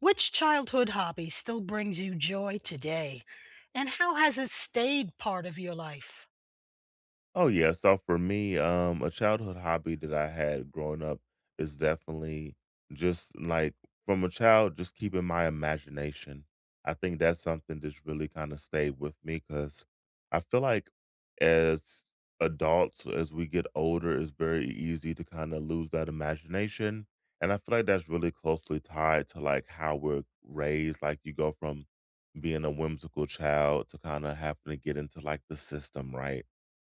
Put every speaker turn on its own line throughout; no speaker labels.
Which childhood hobby still brings you joy today? And how has it stayed part of your life?
Oh yeah, so for me, a childhood hobby that I had growing up is definitely just like from a child, just keeping my imagination. I think that's something that's really kind of stayed with me because I feel like as adults, as we get older, it's very easy to kind of lose that imagination. And I feel like that's really closely tied to like how we're raised. Like you go from being a whimsical child to kind of having to get into like the system, right?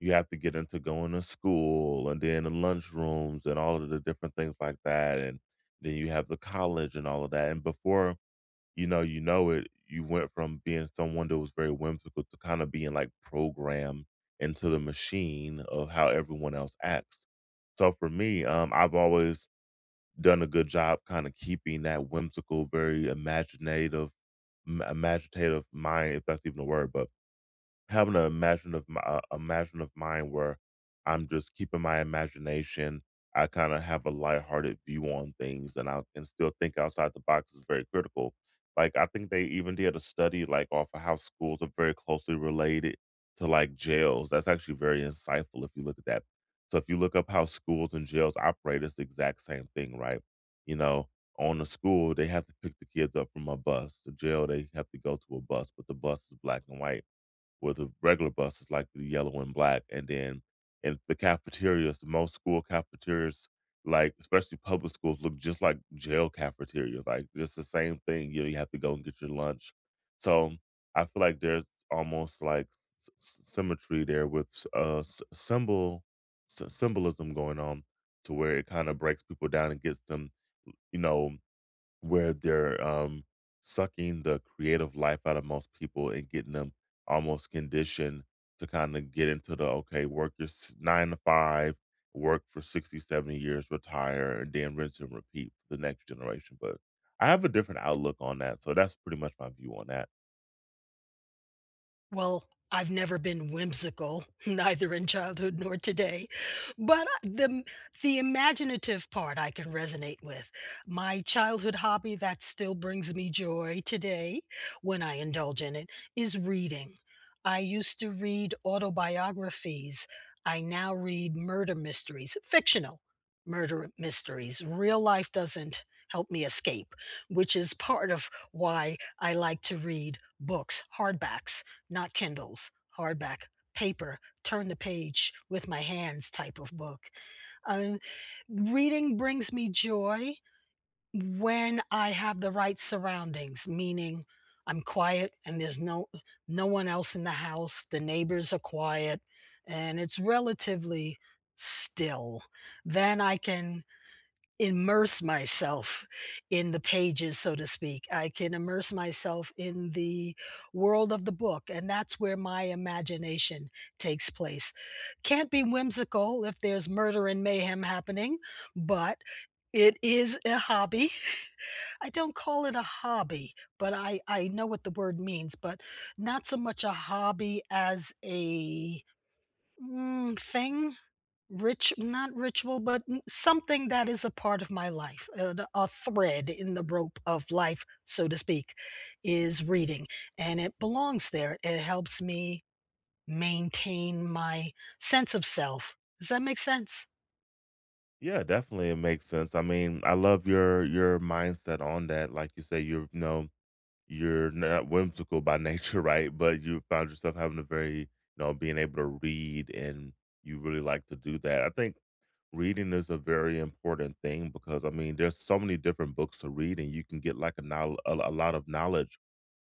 You have to get into going to school and then the lunchrooms and all of the different things like that, and then you have the college and all of that, and before you know it, you went from being someone that was very whimsical to kinda being, like, programmed into the machine of how everyone else acts. So for me, I've always done a good job kinda keeping that whimsical, very imaginative mind, if that's even a word, but having a imaginative mind where I'm just keeping my imagination. I kinda have a lighthearted view on things, and I can still think outside the box is very critical. Like, I think they even did a study, like, off of how schools are very closely related to, like, jails. That's actually very insightful if you look at that. So if you look up how schools and jails operate, it's the exact same thing, right? You know, on the school, they have to pick the kids up from a bus. The jail, they have to go to a bus, but the bus is black and white where the regular bus is like the yellow and black, and then in the cafeterias, most school cafeterias, like especially public schools, look just like jail cafeterias. Like it's the same thing. You know, you have to go and get your lunch. So I feel like there's almost like symmetry there with symbolism going on to where it kind of breaks people down and gets them, you know, where they're, sucking the creative life out of most people and getting them almost conditioned to kinda get into the, "Okay, work your s 9 to 5, work for 60, 70 years, retire, and then rinse and repeat for the next generation," but I have a different outlook on that, so that's pretty much my view on that.
Well, I've never been whimsical, neither in childhood nor today, but the imaginative part I can resonate with. My childhood hobby that still brings me joy today, when I indulge in it, is reading. I used to read autobiographies. I now read murder mysteries, fictional murder mysteries. Real life doesn't help me escape, which is part of why I like to read books, hardbacks, not Kindles, hardback, paper, turn the page with my hands type of book. Um, Reading brings me joy when I have the right surroundings, meaning I'm quiet and there's no one else in the house. The neighbors are quiet and it's relatively still. Then I can immerse myself in the pages, so to speak. I can immerse myself in the world of the book, and that's where my imagination takes place. Can't be whimsical if there's murder and mayhem happening, but it is a hobby. I don't call it a hobby, but I know what the word means, but not so much a hobby as a thing. Rich, not ritual, but n something that is a part of my life, the a thread in the rope of life, so to speak, is reading, and it belongs there. It helps me maintain my sense of self. Does that make sense?
Yeah, definitely, it makes sense. I mean, I love your mindset on that. Like you say, you're, you know, you're not whimsical by nature, right? But you found yourself having a very, you know, being able to read and you really like to do that. I think reading is a very important thing because, I mean, there's so many different books to read and you can get like a lot of knowledge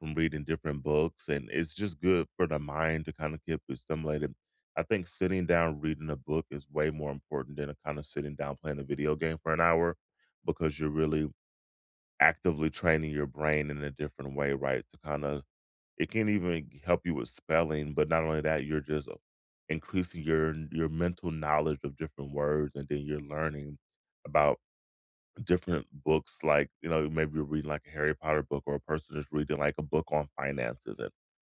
from reading different books, and it's just good for the mind to kind of keep it stimulated. I think sitting down reading a book is way more important than a kind of sitting down playing a video game for an hour because you're really actively training your brain in a different way, right? To kind of, it can even help you with spelling, but not only that, you're just increasing your mental knowledge of different words, and then you're learning about different books. Like, you know, maybe you're reading like a Harry Potter book, or a person is reading like a book on finances and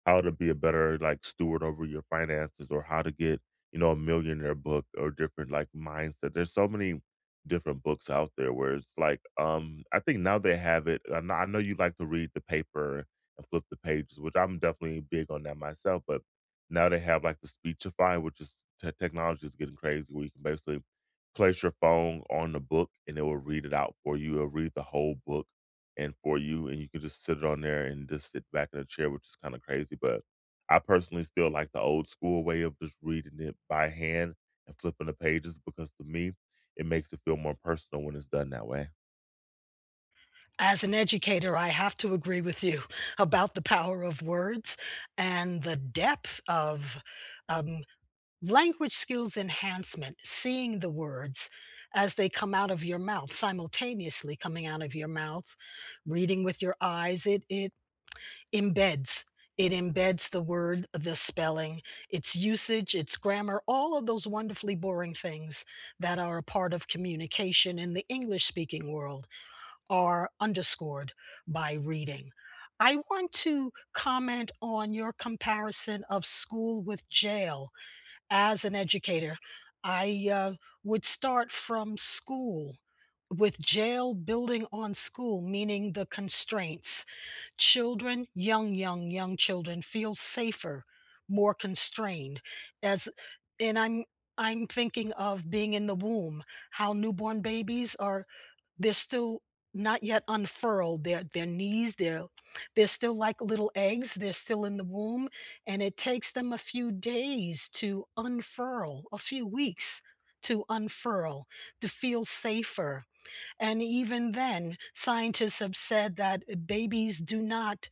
how to be a better like steward over your finances, or how to get, you know, a millionaire book or different like mindset. There's so many different books out there where it's like, I think now they have it. I know you like to read the paper and flip the pages, which I'm definitely big on that myself, but now they have like the Speechify, which is technology is getting crazy where you can basically place your phone on the book and it will read it out for you. It'll read the whole book and for you, and you can just sit it on there and just sit back in a chair, which is kind of crazy. But I personally still like the old school way of just reading it by hand and flipping the pages because, to me, it makes it feel more personal when it's done that way.
As an educator, I have to agree with you about the power of words and the depth of, um language skills enhancement, seeing the words as they come out of your mouth, simultaneously coming out of your mouth, reading with your eyes, it embeds. It embeds the word, the spelling, its usage, its grammar, all of those wonderfully boring things that are a part of communication in the English speaking world are underscored by reading. I want to comment on your comparison of school with jail. As an educator, I, would start from school with jail building on school, meaning the constraints. Children, young children feel safer, more constrained, as, and I'm thinking of being in the womb, how newborn babies are, they're still not yet unfurled, their knees, they're still like little eggs, they're still in the womb, and it takes them a few days to unfurl, a few weeks to unfurl, to feel safer. And even then, scientists have said that babies do not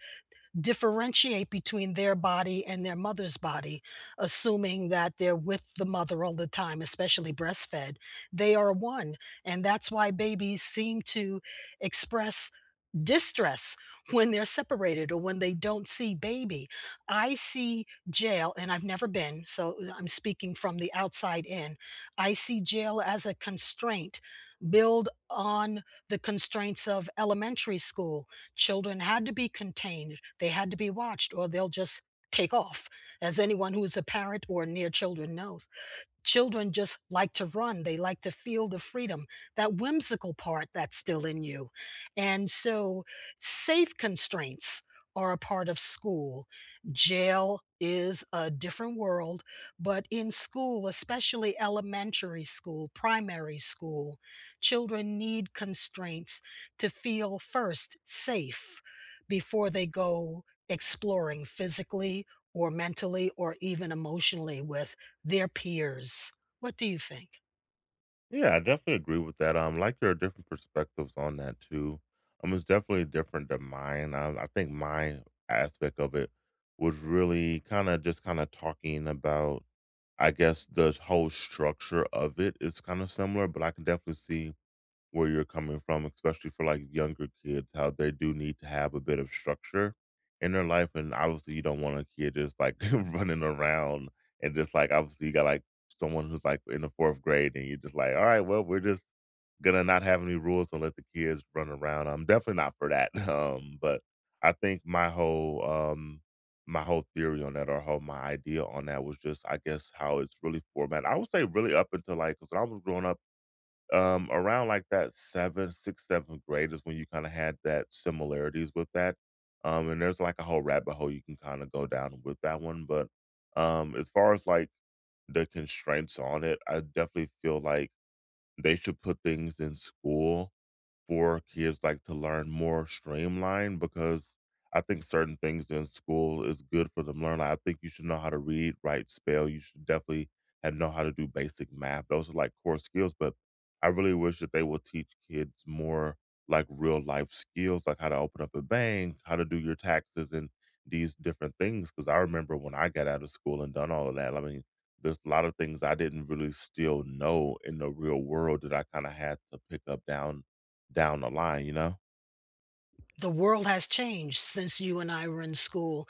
differentiate between their body and their mother's body, assuming that they're with the mother all the time, especially breastfed. They are one. And that's why babies seem to express distress when they're separated or when they don't see baby. I see jail, and I've never been, so I'm speaking from the outside in. I see jail as a constraint. Build on the constraints of elementary school. Children had to be contained, they had to be watched, or they'll just take off, as anyone who is a parent or near children knows, children just like to run, they like to feel the freedom, that whimsical part that's still in you, and so safe constraints are a part of school. Jail is a different world, but in school, especially elementary school, primary school, children need constraints to feel first safe before they go exploring physically or mentally or even emotionally with their peers. What do you think?
Yeah, I definitely agree with that. Like, there are different perspectives on that too. It's definitely different than mine. I think my aspect of it was really kind of just kind of talking about, I guess, the whole structure of it is kind of similar, but I can definitely see where you're coming from, especially for like younger kids, how they do need to have a bit of structure in their life. And obviously, you don't want a kid just like running around and just like, obviously, you got like someone who's like in the fourth grade and you're just like, all right, well, we're just gonna not have any rules and let the kids run around. I'm definitely not for that. But I think my whole theory on that or whole my idea on that was just, I guess, how it's really formatted. I would say really up until like, because when I was growing up, around like that 7th grade is when you kinda had that similarities with that, and there's, like, a whole rabbit hole you can kinda go down with that one, but, as far as, like, the constraints on it, I definitely feel like they should put things in school for kids like to learn more streamlined because I think certain things in school is good for them learn. Like, I think you should know how to read, write, spell. You should definitely have know how to do basic math. Those are like core skills, but I really wish that they will teach kids more like real life skills, like how to open up a bank, how to do your taxes and these different things. Cause I remember when I got out of school and done all of that. I mean, there's a lot of things I didn't really still know in the real world that I kind of had to pick up down the line, you know?
The world has changed since you and I were in school.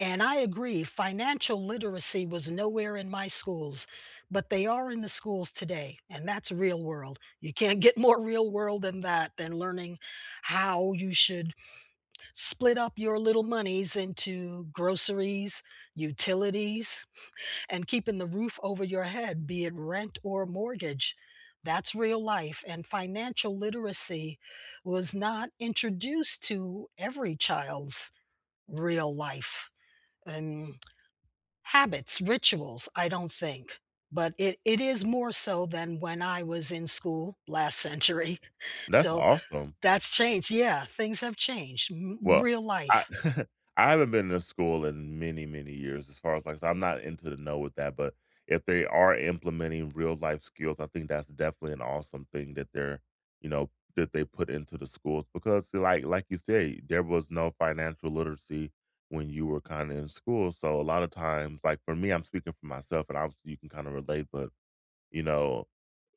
And I agree, financial literacy was nowhere in my schools, but they are in the schools today. And that's real world. You can't get more real world than that, than learning how you should split up your little monies into groceries, utilities, and keeping the roof over your head, be it rent or mortgage. That's real life. And financial literacy was not introduced to every child's real life and habits, rituals, I don't think. But it is more so than when I was in school last century.
That's
So
awesome.
that's changed. Yeah, things have changed.
Well,
Real
I
life.
I haven't been to school in many, many years as far as, like, so I'm not into the know with that, but if they are implementing real life skills, I think that's definitely an awesome thing that they're, you know, that they put into the schools because, like you say, there was no financial literacy when you were kinda in school, so a lot of times, like, for me, I'm speaking for myself, and obviously you can kinda relate, but, you know,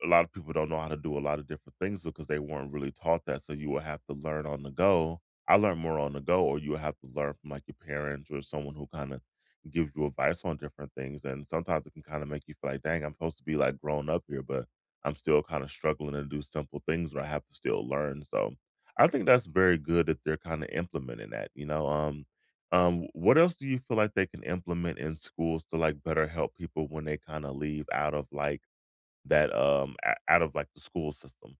a lot of people don't know how to do a lot of different things because they weren't really taught that, so you will have to learn on the go. I learned more on the go, or you will have to learn from, like, your parents or someone who kinda gives you advice on different things, and sometimes it can kinda make you feel like, "Dang, I'm supposed to be, like, grown up here, but I'm still kinda struggling to do simple things where I have to still learn," so I think that's very good that they're kinda implementing that, you know, what else do you feel like they can implement in schools to, like, better help people when they kinda leave out of, like that, o out of, like, the school system.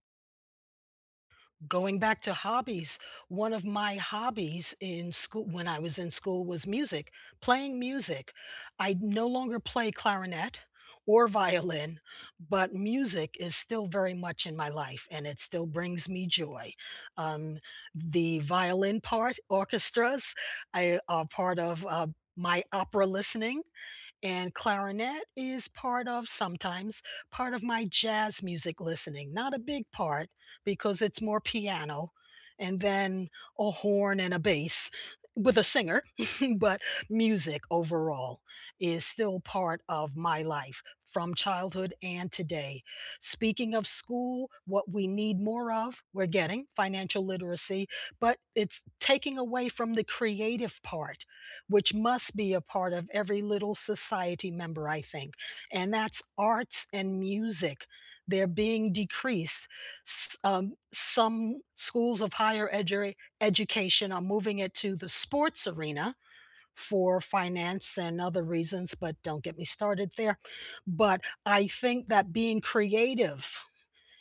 Going back to hobbies, one of my hobbies in school when I was in school was music, playing music. I no longer play clarinet or violin, but music is still very much in my life and it still brings me joy. Um, the violin part, orchestras, I are part of my opera listening. And clarinet is part of sometimes part of my jazz music listening, not a big part because it's more piano and then a horn and a bass with a singer, but music overall is still part of my life from childhood and today. Speaking of school, what we need more of, we're getting financial literacy, but it's taking away from the creative part, which must be a part of every little society member, I think, and that's arts and music. They're being decreased. Some schools of higher education are moving it to the sports arena for finance and other reasons, but don't get me started there. But I think that being creative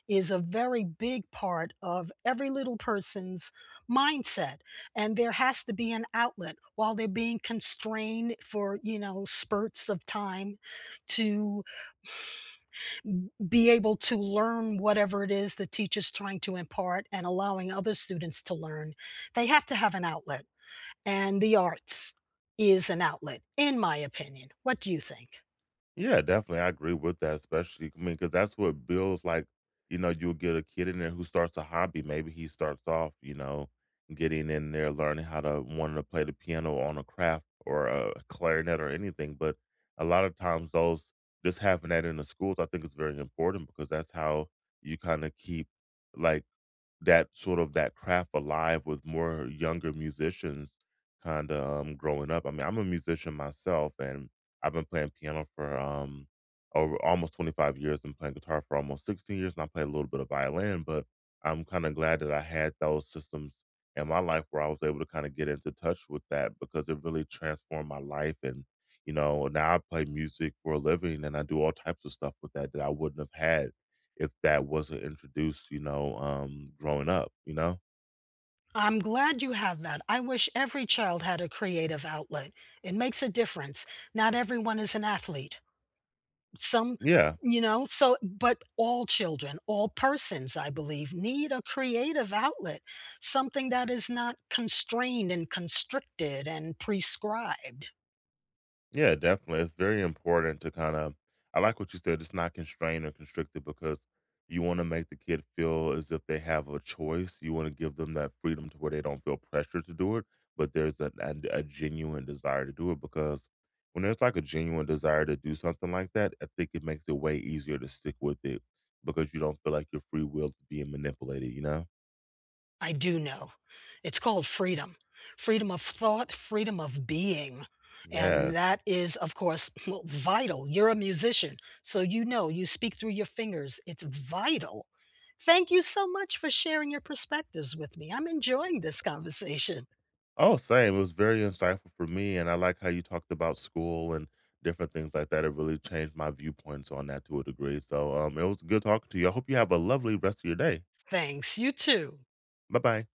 is a very big part of every little person's mindset, and there has to be an outlet while they're being constrained for, you know, spurts of time to be able to learn whatever it is the teacher's trying to impart and allowing other students to learn. They have to have an outlet, and the arts is an outlet, in my opinion. What do you think?
Yeah, definitely, I agree with that, especially, I mean, because that's what builds, like, you know, you'll get a kid in there who starts a hobby, maybe he starts off, you know, getting in there, learning how to wanting to play the piano on a craft or a clarinet or anything, but a lot of times those, just having that in the schools, I think is very important because that's how you kinda keep, like, that sort of that craft alive with more younger musicians kinda, growing up. I mean, I'm a musician myself, and I've been playing piano for, over almost 25 years, and playing guitar for almost 16 years, and I play a little bit of violin, but I'm kinda glad that I had those systems in my life where I was able to kinda get into touch with that because it really transformed my life and, you know, now I play music for a living, and I do all types of stuff with that that I wouldn't have had if that wasn't introduced, you know, growing up, you know?
I'm glad you have that. I wish every child had a creative outlet. It makes a difference. Not everyone is an athlete. Some,
Yeah.
you know, so, but all children, all persons, I believe, need a creative outlet, something that is not constrained and constricted and prescribed.
Yeah, definitely. It's very important to kind of, I like what you said, it's not constrained or constricted because you want to make the kid feel as if they have a choice. You want to give them that freedom to where they don't feel pressure to do it, but there's a genuine desire to do it because when there's like a genuine desire to do something like that, I think it makes it way easier to stick with it because you don't feel like your free will is being manipulated, you know?
I do know. It's called freedom. Freedom of thought, freedom of being.
Yeah.
And that is, of course, well, vital. You're a musician, so you know, you speak through your fingers. It's vital. Thank you so much for sharing your perspectives with me. I'm enjoying this conversation.
Oh, same. It was very insightful for me, and I like how you talked about school and different things like that. It really changed my viewpoints on that to a degree. So, it was good talking to you. I hope you have a lovely rest of your day.
Thanks. You too.
Bye bye.